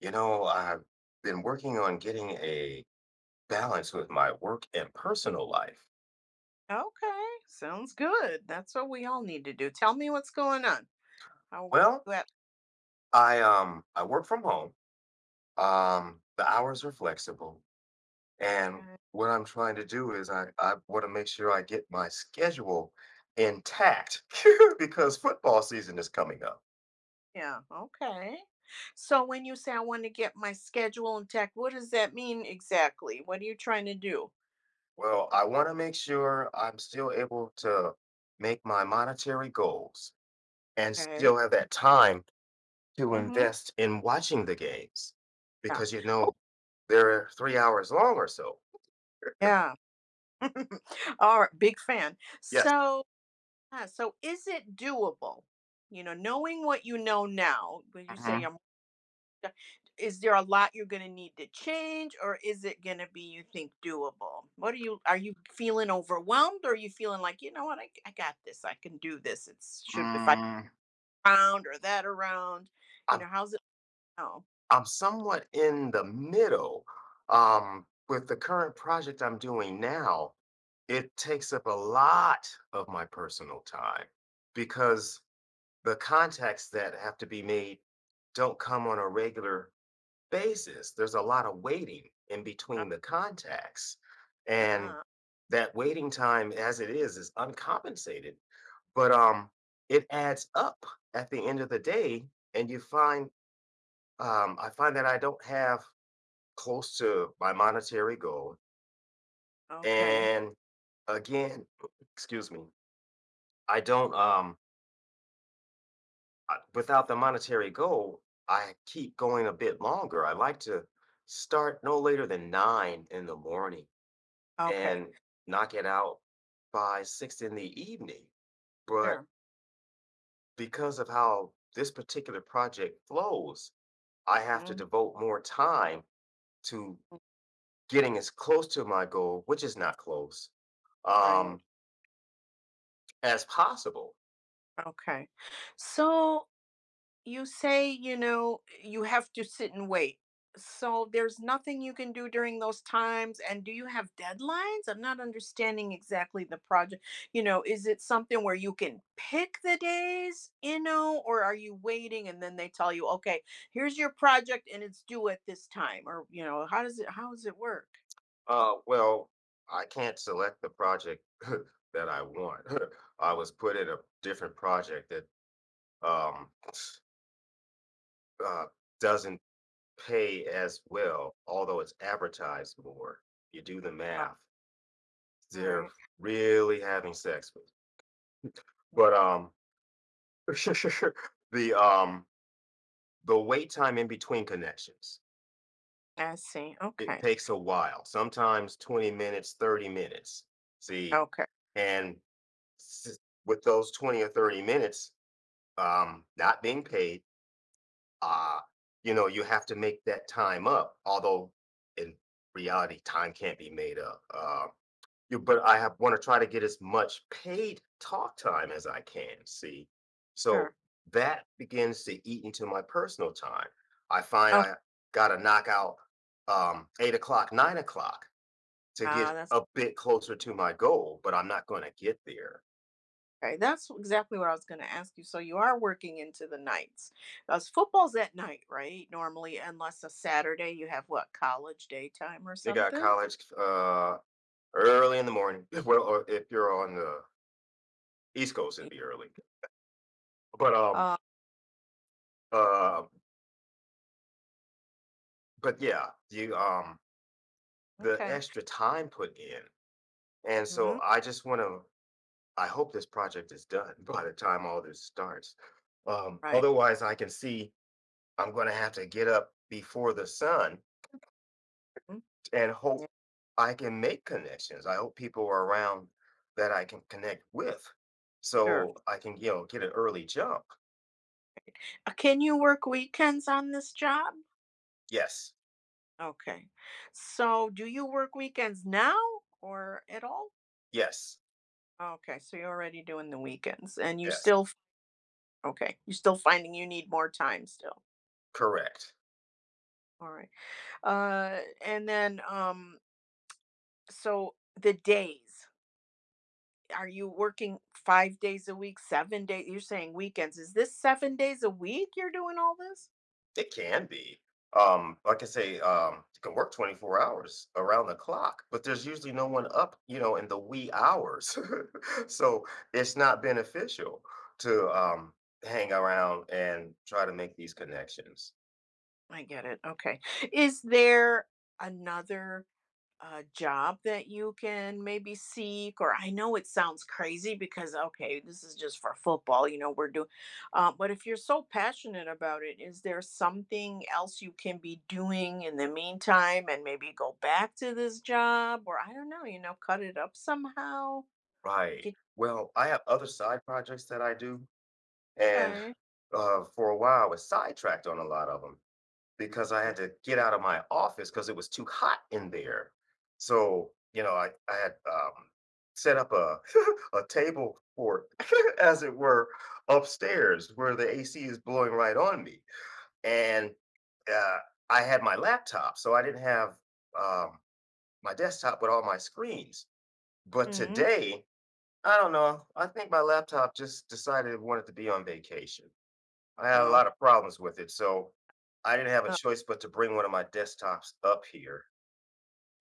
You know, I've been working on getting a balance with my work and personal life. Okay, sounds good. That's what we all need to do. Tell me what's going on. How Well, you at? I work from home. The hours are flexible and uh, what I'm trying to do is I want to make sure I get my schedule intact because football season is coming up. Yeah, okay. So when you say I want to get my schedule intact, what does that mean exactly? What are you trying to do? Well, I want to make sure I'm still able to make my monetary goals and Okay. still have that time to Mm-hmm. invest in watching the games Yeah. because, they're 3 hours long or so. Yeah. All right. Big fan. Yes. So is it doable? You know, knowing what you know now, when you say, Mhm. is there a lot you're going to need to change, or is it going to be, you think, doable? What are you feeling overwhelmed, or are you feeling like, you know what, I got this, I can do this. It's should if I mm, round or that around, you I'm know how's it now? I'm somewhat in the middle, with the current project I'm doing now, it takes up a lot of my personal time because the contacts that have to be made don't come on a regular basis. There's a lot of waiting in between the contacts. And Ah, that waiting time as it is uncompensated, but it adds up at the end of the day and you find I find that I don't have close to my monetary goal. okay, And again, excuse me, I don't I- without the monetary goal, I keep going a bit longer. I like to start no later than 9 in the morning okay, and knock it out by 6 in the evening. But sure, because of how this particular project flows, I have to mhm, devote more time to getting as close to my goal, which is not close, um, right, as possible. okay. So you say, you know, you have to sit and wait, so there's nothing you can do during those times. And do you have deadlines? I'm not understanding exactly the project. You know, is it something where you can pick the days, you know, or are you waiting and then they tell you, okay, here's your project and it's due at this time, or, you know, how does it, how does it work? Well, I can't select the project that I want. I was put in a different project that um, uh, doesn't pay as well, although it's advertised more. You do the Oh, math. all They're right, really having sex with. But, the, um, the wait time in between connections, I see. it Okay, takes a while, sometimes 20 minutes, 30 minutes, see? okay, And s with those 20 or 30 minutes, not being paid, uh, you know, you have to make that time up, although in reality, time can't be made up. Yeah, but I have want to try to get as much paid talk time as I can, see? So sure. that begins to eat into my personal time. I find Oh, I gotta knock out 8 o'clock, 9 o'clock to get ah, that's a bit closer to my goal, but I'm not gonna get there. okay, that's exactly what I was going to ask you. So you are working into the nights. Because football's at night, right? Normally, unless a Saturday, you have what, college daytime or They got something? college early in the morning. Well, or if you're on the East Coast, Y- it'd be early. But um Uh, uh but yeah, you the okay. extra time put in. And so Mm, I just want to I hope this project is done by the time all this starts. Right. Otherwise, I can see I'm going to have to get up before the sun Mm, and hope yeah, I can make connections. I hope people are around that I can connect with sure. so I can, you know, get an early jump. Can you work weekends on this job? Yes, Okay. So do you work weekends now or at all? yes, Okay, so you're already doing the weekends and yes, okay, you're still finding you need more time still. correct. All right. And then so the days, are you working 5 days a week, 7 days, you're saying, weekends? Is this 7 days a week you're doing all this? It can be. Like I say, you can work 24 hours around the clock, but there's usually no one up, you know, in the wee hours. So it's not beneficial to hang around and try to make these connections. I get it. Okay. Is there another, a job that you can maybe seek? Or I know it sounds crazy, because okay, this is just for football, you know, we're doing. But if you're so passionate about it, is there something else you can be doing in the meantime and maybe go back to this job, or, I don't know, you know, cut it up somehow, Right. get Well, I have other side projects that I do, and okay. For a while I was sidetracked on a lot of them, because I had to get out of my office because it was too hot in there. So, you know, I had set up a, a table for, as it were, upstairs where the AC is blowing right on me. And uh, I had my laptop, so I didn't have um, my desktop with all my screens. But Mm-hmm. today, I don't know. I think my laptop just decided it wanted to be on vacation. I had a Okay. lot of problems with it, so I didn't have a choice but to bring one of my desktops up here,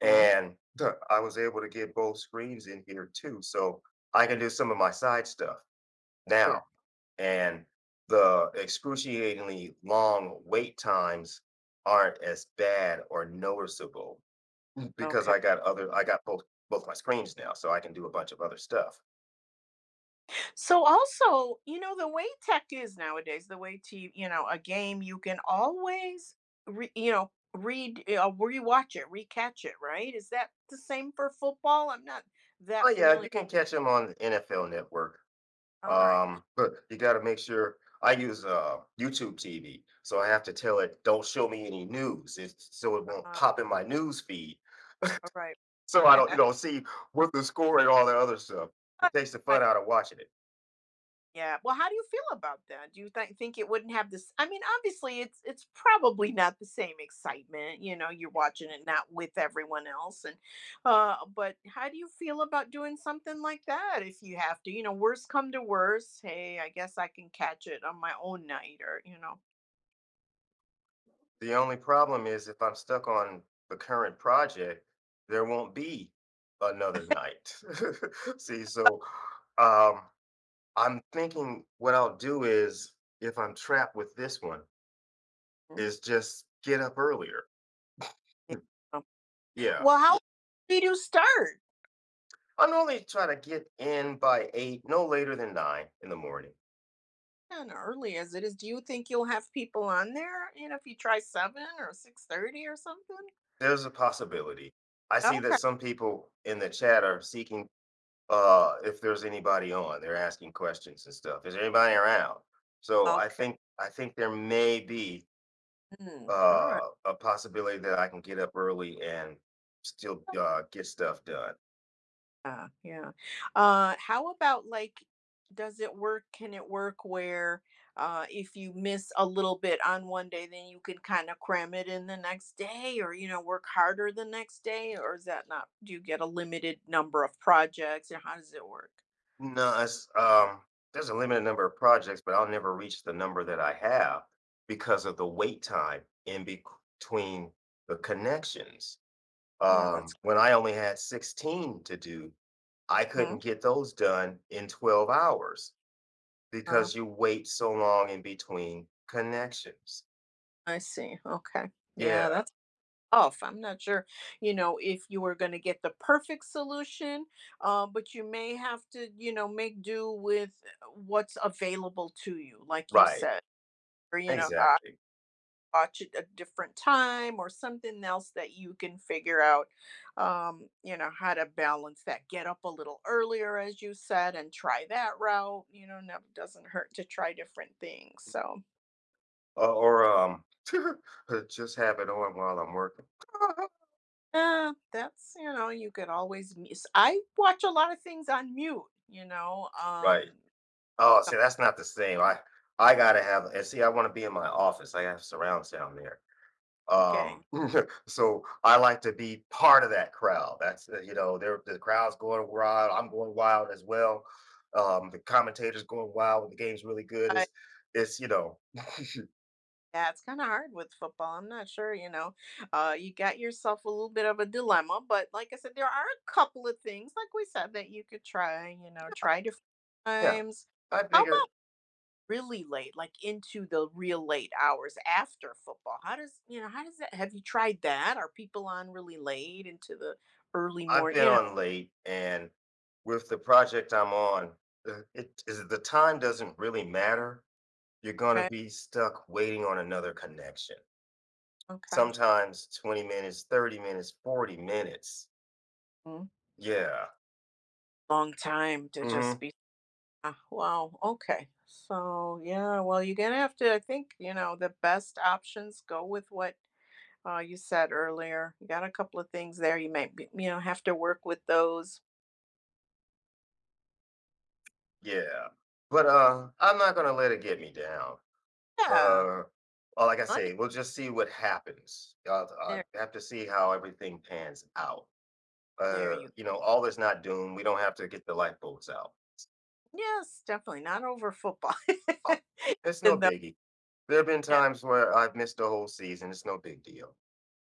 Mm, and I was able to get both screens in here too, so I can do some of my side stuff now, sure. and the excruciatingly long wait times aren't as bad or noticeable because Okay. I got both my screens now, so I can do a bunch of other stuff. So also, you know, the way tech is nowadays, the way to, you know, a game you can always read, rewatch it, recatch it, right? Is that the same for football? I'm not Oh, that yeah, familiar. you can catch them on the NFL Network. All right. But you got to make sure I use YouTube TV, so I have to tell it don't show me any news, it's, so it won't Uh, pop in my news feed, all right. so I don't, you know, see what the score and all that other stuff. It takes the fun But out of watching it. Yeah. Well, how do you feel about that? Do you think it wouldn't have this? I mean, obviously, it's probably not the same excitement. You know, you're watching it not with everyone else, and but how do you feel about doing something like that if you have to? You know, worst come to worst, hey, I guess I can catch it on my own night, or. The only problem is if I'm stuck on the current project, there won't be another night. See, so um, I'm thinking what I'll do is if I'm trapped with this one, Mm. is just get up earlier. Hmm. Yeah. Yeah. Well, how did you start? I normally try to get in by eight, no later than nine in the morning. And early as it is, do you think you'll have people on there? You know, if you try 7 or 6:30 or something. There's a possibility. I see that Okay. some people in the chat are seeking if there's anybody on. They're asking questions and stuff. Is there anybody around? So I Okay. think I think there may be Mm. All right. A possibility that I can get up early and still get stuff done. Yeah, yeah. How about, like, does it work? Can it work where, if you miss a little bit on one day, then you can kind of cram it in the next day, or, you know, work harder the next day? Or is that not? Do you get a limited number of projects, or how does it work? No, it's, there's a limited number of projects, but I'll never reach the number that I have because of the wait time between the connections. Yeah, that's. When I only had 16 to do, I Hmm. couldn't get those done in 12 hours Wow, because you wait so long in between connections. I see. Okay. Yeah, Yeah, that's off. I'm not sure, you know, if you were going to get the perfect solution, but you may have to, you know, make do with, what's available to you, like you right. said, or, you know, Exactly. watch it a different time or something else that you can figure out, you know, how to balance that. Get up a little earlier, as you said, and try that route. You know, never doesn't hurt to try different things. So, Or just have it on while I'm working. That's, you know, you could always miss, I watch a lot of things on mute, you know, Right. Oh, see, some that's not the same. I gotta have and see, I wanna be in my office. I have surround sound there. okay. Um, so I like to be part of that crowd. That's, you know, there the crowd's going wild. I'm going wild as well. The commentator's going wild when the game's really good. I It's you know, Yeah, it's kinda hard with football, I'm not sure, you know. You got yourself a little bit of a dilemma, but like I said, there are a couple of things, like we said, that you could try, you know, try different yeah, times. I How figure about really late, like into the real late hours after football? How does that, have you tried that? Are people on really late into the early I've morning, been you on late and with the project I'm on, it is the time doesn't really matter. You're gonna know? be stuck waiting on another connection. Okay. Sometimes 20 minutes, 30 minutes, 40 minutes. Mm. Yeah. Long time to just Mhm. be. Ah, wow. Okay. So, yeah, well, you're going to have to, I think, you know, the best options go with what, you said earlier. You got a couple of things there. You might, be, you know, have to work with those. Yeah. But, I'm not gonna let it get me down. Yeah. Uh, well, like I Money. say, we'll just see what happens. I'll There, have to see how everything pans out. there you You know, all is not doom. We don't have to get the lifeboats out. Yes, definitely. Not over football. Oh, it's no And the- biggie. There have been yeah. times where I've missed a whole season. It's no big deal.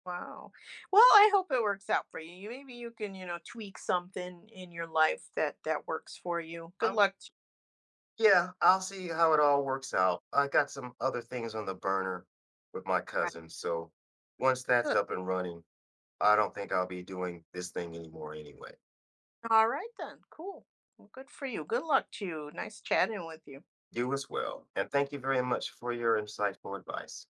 Wow. Well, I hope it works out for you. Maybe you can, you know, tweak something in your life that works for you. Good I'm luck to Yeah, I'll see how it all works out. I got some other things on the burner with my cousin, so once that's you. up and running, I don't think I'll be doing this thing anymore anyway. Alright then, cool. Well, good for you. Good luck to you. Nice chatting with you. You as well. And thank you very much for your insightful advice.